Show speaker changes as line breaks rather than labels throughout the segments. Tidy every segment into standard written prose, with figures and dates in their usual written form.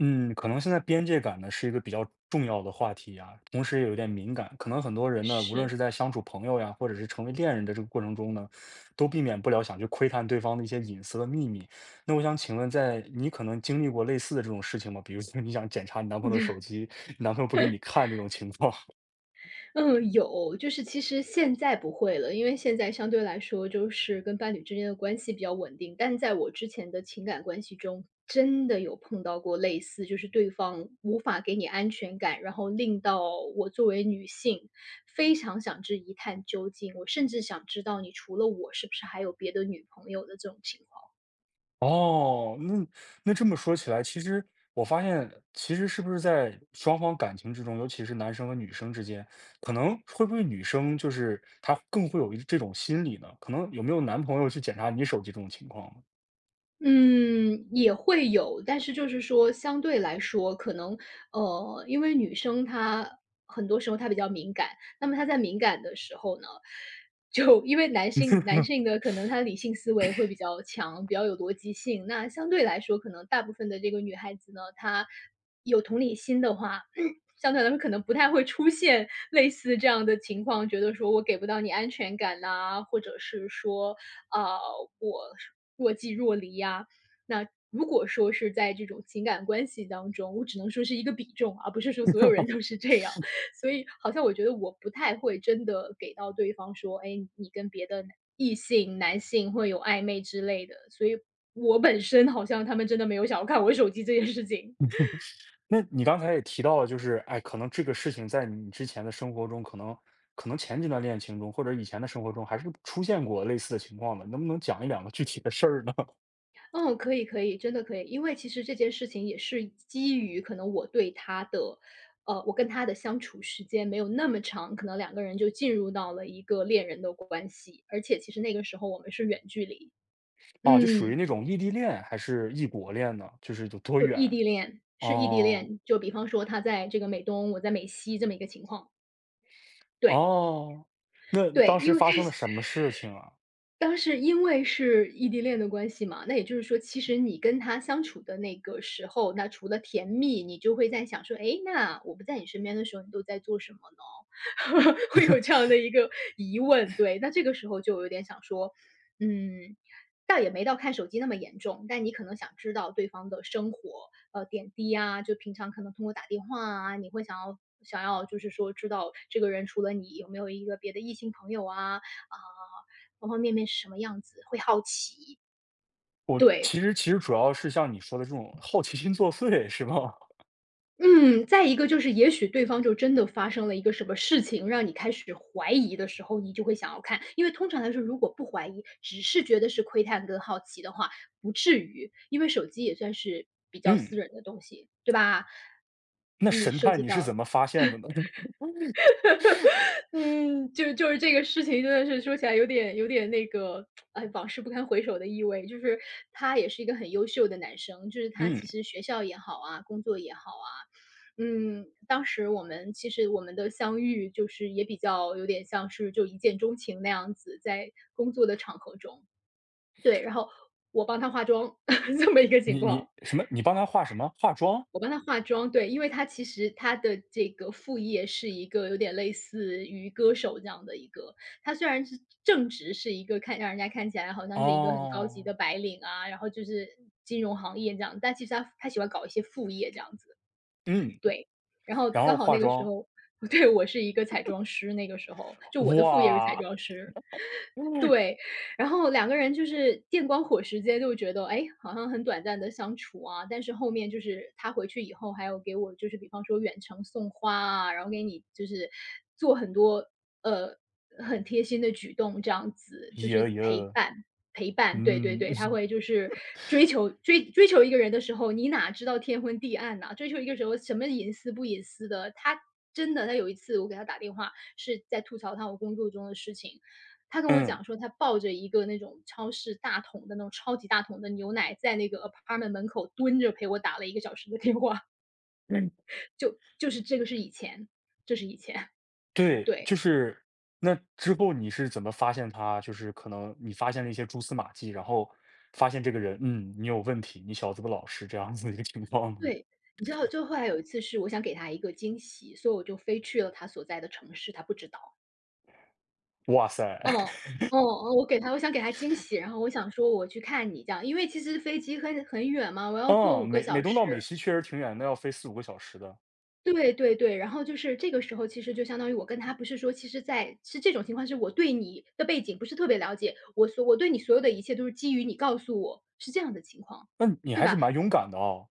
嗯，可能现在边界感呢是一个比较重要的话题啊，同时也有点敏感。可能很多人呢，无论是
是，
在相处朋友呀，或者是成为恋人的这个过程中呢，都避免不了想去窥探对方的一些隐私和秘密。那我想请问，在你可能经历过类似的这种事情吗？比如说你想检查你男朋友的手 机，你男朋友不给你看这种情况。
嗯，有，就是其实现在不会了，因为现在相对来说就是跟伴侣之间的关系比较稳定。但在我之前的情感关系中，真的有碰到过类似，就是对方无法给你安全感，然后令到我作为女性非常想知一探究竟，我甚至想知道你除了我是不是还有别的女朋友的这种情况。
哦，那这么说起来，其实我发现，其实是不是在双方感情之中，尤其是男生和女生之间，可能会不会女生就是她更会有一这种心理呢？可能有没有男朋友去检查你手机这种情况呢？
嗯，也会有，但是就是说相对来说，可能，因为女生她很多时候她比较敏感，那么她在敏感的时候呢，就因为男性的可能他理性思维会比较强，比较有逻辑性，那相对来说，可能大部分的这个女孩子呢，她有同理心的话，相对来说可能不太会出现类似这样的情况，觉得说我给不到你安全感呐，或者是说，啊，我若即若离呀。那如果说是在这种情感关系当中，我只能说是一个比重啊，而不是说所有人都是这样。所以好像我觉得我不太会真的给到对方说，哎，你跟别的男异性、男性会有暧昧之类的。所以我本身好像他们真的没有想要看我手机这件事情。
那你刚才也提到了，就是哎，可能这个事情在你之前的生活中，可能前几段恋情中或者以前的生活中，还是出现过类似的情况的。能不能讲一两个具体的事儿呢？
哦，可以可以，真的可以。因为其实这件事情也是基于可能我对他的，我跟他的相处时间没有那么长，可能两个人就进入到了一个恋人的关系，而且其实那个时候我们是远距离，
啊，就属于
嗯，
那种异地恋还是异国恋呢？就是有多
就异
远？
地恋，是异地
哦。
恋。就比方说他在这个美东，我在美西这么一个情况，对
哦，那
对，
当时
因为
发生了什 么事情啊？
当时因为是异地恋的关系嘛，那也就是说，其实你跟他相处的那个时候，那除了甜蜜，你就会在想说，哎，那我不在你身边的时候，你都在做什么呢？会有这样的一个疑问，对。那这个时候就有点想说，嗯，倒也没到看手机那么严重，但你可能想知道对方的生活，点滴啊，就平常可能通过打电话啊，你会想要就是说知道这个人除了你有没有一个别的异性朋友啊，啊，方方面面是什么样子，会好奇。
我
对，
其实其实主要是像你说的这种好奇心作祟，是吧？
嗯，再一个就是也许对方就真的发生了一个什么事情，让你开始怀疑的时候，你就会想要看。因为通常来说，如果不怀疑，只是觉得是窥探跟好奇的话，不至于，因为手机也算是比 较私
嗯，
人的东西，对吧？
那
你
神
涉
探
及
你是
到
怎么发现的呢？
嗯，就就是这个事情真的是说起来有点那个，哎，往事不堪回首的意味。就是他也是一个很优秀的男生，就是 他
嗯，
其实学校也好啊，工作也好啊，嗯，当时我们其实我们的相遇就是也比较有点像是就一见钟情那样子，在工作的场合中，对，然后我帮他化妆 这么一个情
你
况，
什么？你帮他化什么？化妆？
我帮她化妆，对，因为她其实她的这个副业是一个有点类似于歌手这样的一个，她虽然是正职是一个看让人家看起来好像是一个很高级
哦，
的白领啊，然后就是金融行业这样，但其实她她喜欢搞一些副业这样子，
嗯，
对。然后
然后
刚好
化
那个时
妆，
候 对，我是一个彩妆师，那个时候，就我的副业是彩
哇，
妆师，
嗯，
对。然后两个人就是电光火石间就觉得，哎，好像很短暂的相处啊，但是后面就是他回去以后，还有给我就是比方说远程送花啊，然后给你就是做很多呃很贴心的举动，这样子就
呀
是陪
呀，
伴。陪伴，对对
嗯
对，他会就是追求一个人的时候，你哪知道天昏地暗呐、追求一个时候什么隐私不隐私的，他真的，他有一次我给他打电话是在吐槽他我工作中的事情，他跟我讲 说，他抱着一个那种超市大桶的那种超级大桶的牛奶，在那个 apartment 门口蹲着陪我打了1个小时的电话，
嗯。
就就是这个是以前，这是以前，
对，
对，
就是那之后你是怎么发现他就是可能你发现了一些蛛丝马迹，然后发现这个人，嗯，你有问题，你小子不老实，这样子的一个情况呢？
对。你知道就后来有一次是我想给他一个惊喜，所以我就飞去了他所在的城市，他不知道。
哇塞，
嗯，哦 哦哦，我给他我想给他惊喜，然后我想说我去看你这样，因为其实飞机很远嘛，我要坐
嗯，
五个
美美
小
东到美
时。
西确实挺远的，要飞四五个小时的。
对对对，然后就是这个时候，其实就相当于我跟他不是说，其实在是这种情况，是我对你的背景不是特别了解，我所我对你所有的一切都是基于你告诉我，是这样的情况，
那你
对
还是
吧？
蛮勇敢的哦。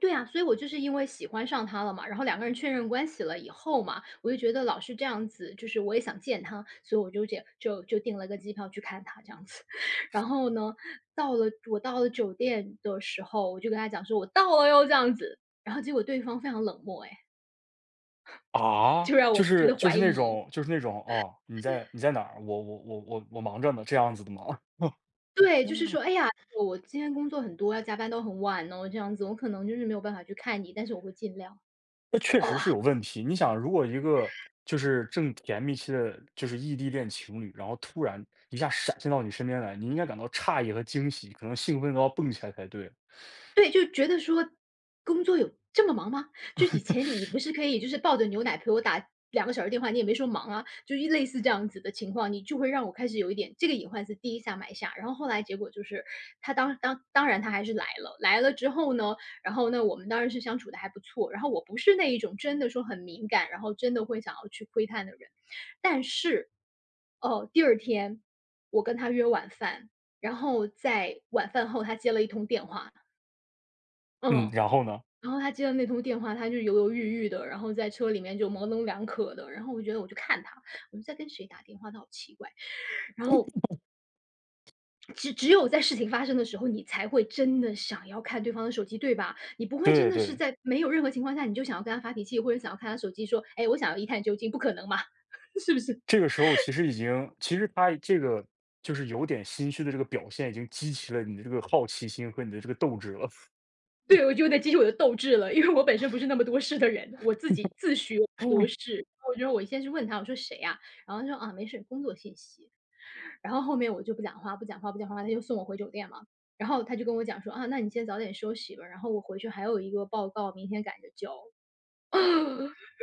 对啊，所以我就是因为喜欢上他了嘛，然后两个人确认关系了以后嘛，我就觉得老是这样子，就是我也想见他，所以我就这就就订了个机票去看他这样子。然后呢，到了我到了酒店的时候，我就跟他讲说，我到了哟这样子，然后结果对方非常冷漠，哎。
啊？
就让
就
我觉
是
得
就
怀
是那
疑。
种那种，哦，你在哪儿？我忙着呢，这样子的吗？
对，就是说，哎呀，我今天工作很多，要加班到很晚哦，这样子，我可能就是没有办法去看你，但是我会尽量。
那确实
哦。
是有问题。你想，如果一个就是正甜蜜期的，就是异地恋情侣，然后突然一下闪现到你身边来，你应该感到诧异和惊喜，可能兴奋都要蹦起来才对。
对，就觉得说工作有这么忙吗？就以前你不是可以就是抱着牛奶陪我打2个小时电话，你也没说忙啊，就一类似这样子的情况，你就会让我开始有一点这个隐患是第一下埋下。然后后来结果就是他当然他还是来了，来了之后呢，然后呢，我们当然是相处的还不错，然后我不是那一种真的说很敏感，然后真的会想要去窥探的人。但是，哦，第二天我跟他约晚饭，然后在晚饭后他接了一通电话，
嗯，
嗯，
然后呢？
然后他接到那通电话，他就犹犹豫豫的，然后在车里面就模棱两可的。然后我觉得我就看他，我就在跟谁打电话，他好奇怪。然后只有在事情发生的时候，你才会真的想要看对方的手机，对吧？你不会真
对
的是
对，
在没有任何情况下，你就想要跟他发脾气，或者想要看他手机说，哎，我想要一探究竟，不可能嘛，是不是？
这个时候其实已经，其实他这个就是有点心虚的这个表现，已经激起了你的这个好奇心和你的这个斗志了，
对，我就得激起我的斗志了，因为我本身不是那么多事的人，我自己自诩我不多 事。我觉得我先是问他，我说：“谁呀？”然后他说：“啊，没事，工作信息。”然后后面我就不讲话，不讲话，不讲话，他就送我回酒店嘛。然后他就跟我讲说：“啊，那你先早点休息吧，然后我回去还有一个报告，明天赶着交。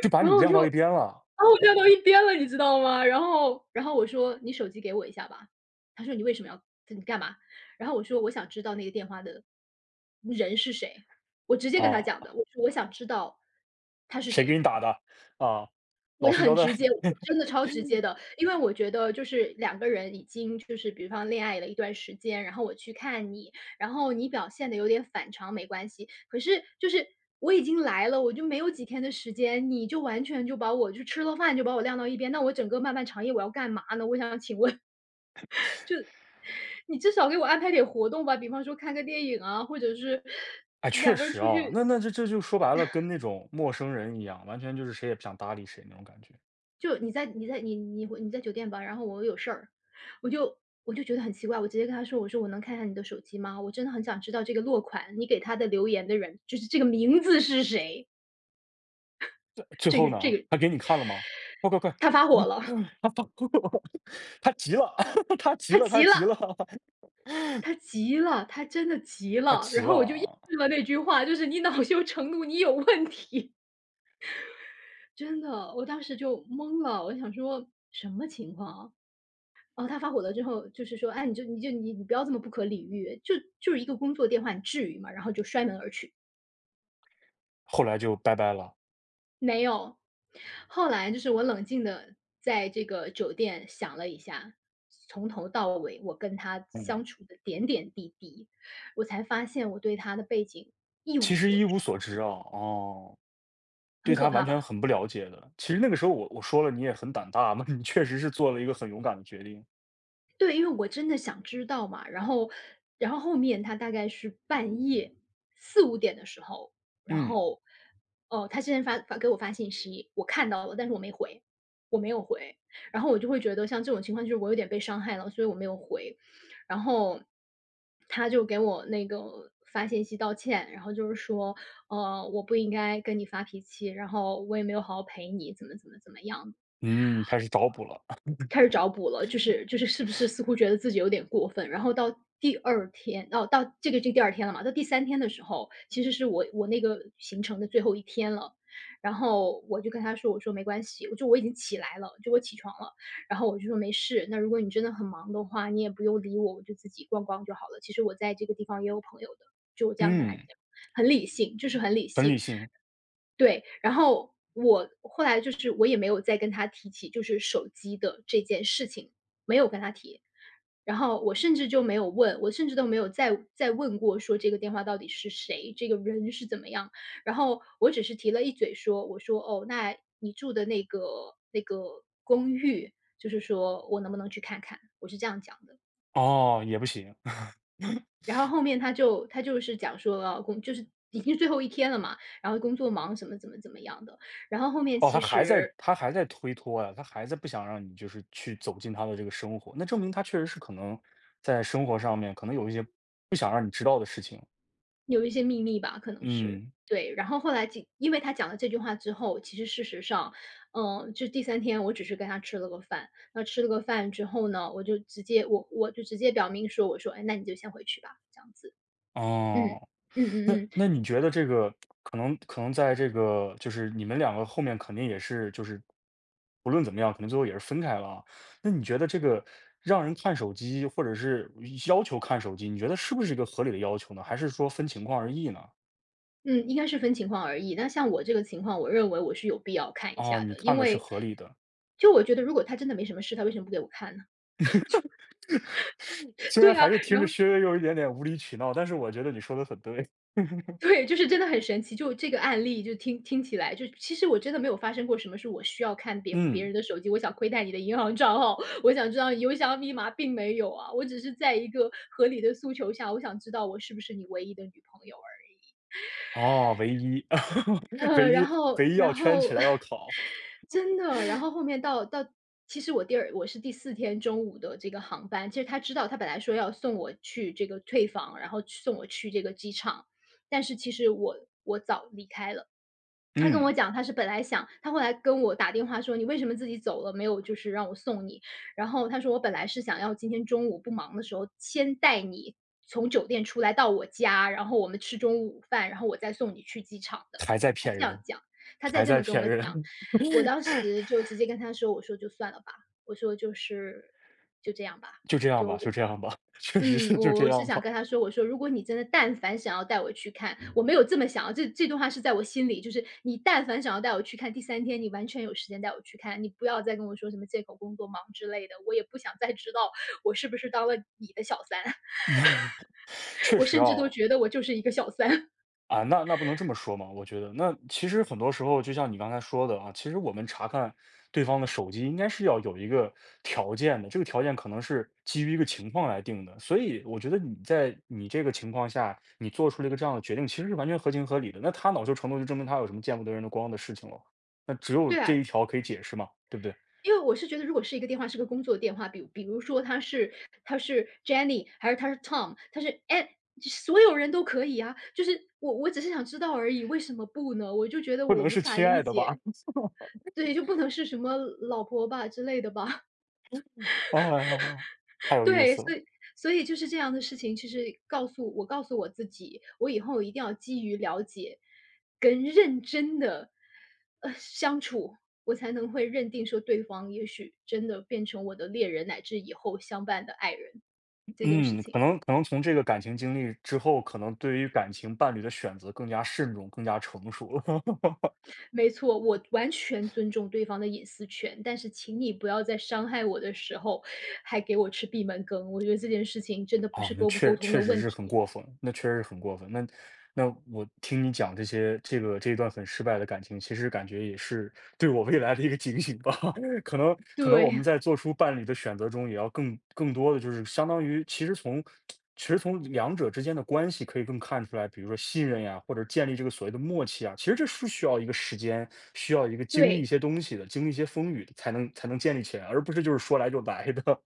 就 把
然
你
后
晾到一边了
我站到一边了，你知道吗？然后我说：“你手机给我一下吧。”他说：“你为什么要你干嘛？”然后我说：“我想知道那个电话的人是谁。”我直接跟他
啊！
讲的，我说：“我想知道他是
谁给
谁。”
你打的啊？
我
老
就
实交
很
代。
直接，我真的超直接的。因为我觉得就是两个人已经就是比方恋爱了一段时间，然后我去看你，然后你表现的有点反常没关系，可是就是我已经来了，我就没有几天的时间，你就完全就把我就吃了饭就把我晾到一边，那我整个漫漫长夜我要干嘛呢？我想请问，你至少给我安排点活动吧，比方说看个电影啊，或者是
哎，确
两个人
实
出
啊，
去
那就说白了，跟那种陌生人一样，完全就是谁也不想搭理谁那种感觉。
就你在你在你你回你在酒店吧，然后我有事儿，我就我就觉得很奇怪，我直接跟他说，我说我能看一下你的手机吗？我真的很想知道这个落款，你给他的留言的人，就是这个名字是谁？
最后
这
呢，
个
他给你看了吗？快快快，
他发火了，
他发 他急了，他 急
他
了，他
急了，
急了，
他急了，他真的急
他
了。
急
然
了
后我就应
啊！
了那句话，就是你恼羞成怒，你有问题。真的，我当时就懵了，我想说什么情况啊？哦，他发火了之后，就是说，哎，你就你就你你不要这么不可理喻，就是一个工作电话，你至于吗？然后就摔门而去，
后来就拜拜了。
没有。后来就是我冷静的在这个酒店想了一下，从头到尾我跟他
嗯，
相处的点点滴滴，我才发现我对他的背景一
其
无
实
所
一
知，
无所知啊，哦，对
很
他
可
完
怕
全
吧？
很不了解的。其实那个时候我说了，你也很胆大嘛，你确实是做了一个很勇敢的决定。
对，因为我真的想知道嘛，然后然后后面他大概是半夜四五点的时候，然
嗯
后，哦，他之前发给我发信息，我看到了，但是我没回，我没有回。然后我就会觉得像这种情况就是我有点被伤害了，所以我没有回。然后他就给我那个发信息道歉，然后就是说，我不应该跟你发脾气，然后我也没有好好陪你，怎么怎么怎么样的。
嗯，开始找补了。
开始找补了，就是是不是似乎觉得自己有点过分，然后到第二天哦，到这个第二天了嘛，到第三天的时候，其实是我那个行程的最后一天了，然后我就跟他说，我说：“没关系，我就我已经起来了，就我起床了。”然后我就说：“没事，那如果你真的很忙的话，你也不用理我，我就自己逛逛就好了。其实我在这个地方也有朋友的。”就我这样跟他讲，
嗯，
很理性，就是很理
很理
性。
性。
对，然后我后来就是我也没有再跟他提起就是手机的这件事情，没有跟他提。然后我甚至就没有问，我甚至都没有再问过说这个电话到底是谁，这个人是怎么样。然后我只是提了一嘴说，我说：“哦，那你住的那个公寓，就是说我能不能去看看？”我是这样讲的。
哦，也不行。
然后后面他就是讲说了，工就是已经最后一天了嘛，然后工作忙，什么怎么怎么样的。然后后面
哦，他
其
还在
实
他还在推脱呀，他还在不想让你就是去走进他的这个生活，那证明他确实是可能在生活上面可能有一些不想让你知道的事情。
有一些秘密吧，可能是。
嗯，
对，然后后来几因为他讲了这句话之后，其实事实上，嗯，就第三天我只是跟他吃了个饭，那吃了个饭之后呢，我就直接我就直接表明说，我说：“哎，那你就先回去吧。”这样子，嗯，
哦，
嗯嗯
那
嗯。
那你觉得这个可能在这个就是你们两个后面肯定也是就是不论怎么样，肯定最后也是分开了啊。那你觉得这个让人看手机或者是要求看手机，你觉得是不是一个合理的要求呢？还是说分情况而异呢？
嗯，应该是分情况而已。那像我这个情况，我认为我是有必要看一
啊，
下
你
的，因
看的是
为
合理的。
就我觉得如果他真的没什么事，他为什么不给我看呢？
虽然
对
还
啊，
是听
然
着
后
稍微有一点点无理取闹，但是我觉得你说的很对。
对，就是真的很神奇。就这个案例，就听听起来，就其实我真的没有发生过什么是我需要看别别
嗯，
人的手机，我想窥探你的银行账号，我想知道你邮箱密码，并没有啊。我只是在一个合理的诉求下，我想知道我是不是你唯一的女朋友。
哦，唯一，唯
然
一
后
唯一要
然
圈起
后
来要考。
真的，然后后面到其实我是第四天中午的这个航班，其实他知道他本来说要送我去这个退房，然后去送我去这个机场，但是其实我早离开了。他跟
嗯，
我讲，他是本来想他后来跟我打电话说：“你为什么自己走了，没有就是让我送你？”然后他说：“我本来是想要今天中午不忙的时候，先带你从酒店出来到我家，然后我们吃中午午饭，然后我再送你去机场的。”
还在
他
骗
这样
人，
讲，他再
还
这
在
么跟
骗
我讲，
人。
我当时 就直接跟他说：“我说就算了吧，我说就是就这样吧。”
就这样吧，就这样吧，确实
嗯，
是就这
我是
样
想
吧。
跟他说，我说如果你真的但凡想要带我去看，我没有这么想啊，这段话是在我心里，就是你但凡想要带我去看，第三天你完全有时间带我去看，你不要再跟我说什么借口工作忙之类的，我也不想再知道我是不是当了你的小三，
确
我
实
甚至都
啊
觉得我就是一个小三。
啊，那那不能这么说嘛，我觉得。那其实很多时候，就像你刚才说的啊，其实我们查看对方的手机，应该是要有一个条件的，这个条件可能是基于一个情况来定的。所以我觉得你在你这个情况下，你做出了一个这样的决定，其实是完全合情合理的。那他恼羞成怒，就证明他有什么见不得人的光的事情了。那只 有
对
这
啊，
一条可以解释嘛，对不对？
因为我是觉得如果是一个电话是个工作电话，比如说他是他是 Jenny，还是他是 Tom，他是 e 所有人都可以啊。就是我只是想知道而已，为什么不呢？我就觉得
不
我
能
无
是
法
亲
理
爱的吧？
解，对，就不能是什么老婆吧之类的吧？
啊，太有意
对，
思
所
了。
以所以就是这样的事情，其实告诉我告诉我自己，我以后一定要基于了解跟认真的，相处，我才能会认定说对方也许真的变成我的恋人，乃至以后相伴的爱人这件事
嗯，可
情。
能可能从这个感情经历之后，可能对于感情伴侣的选择更加慎重、更加成熟了。
没错，我完全尊重对方的隐私权，但是请你不要在伤害我的时候还给我吃闭门羹，我觉得这件事情真的不
哦，
是
那
沟不
确
沟通
确
的
实
问
是很
题。
过分，那确实是很过分。那那我听你讲这些，这个这一段很失败的感情，其实感觉也是对我未来的一个警醒吧。可能我们
对，
在做出伴侣的选择中，也要更多的就是相当于，其实从两者之间的关系可以更看出来，比如说信任呀，或者建立这个所谓的默契啊，其实这是需要一个时间，需要一个经历一
对。
些东西的，经历一些风雨的才能建立起来，而不是就是说来就来的。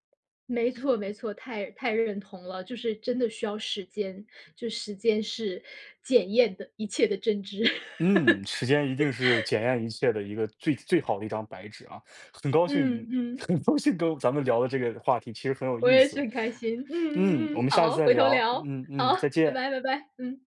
没错没错，太太认同了，就是真的需要时间，就时间是检验的一切的真知。
嗯，时间一定是检验一切的一个最最好的一张白纸啊！很高兴
嗯 嗯，
很高兴跟咱们聊的这个话题，其实很有
我
意
也是
思。
很开心。嗯
嗯，
嗯
我
嗯，
们下次
好，
再
回头
聊。
聊。
嗯嗯，
好，
再
拜
见。
拜拜拜，嗯。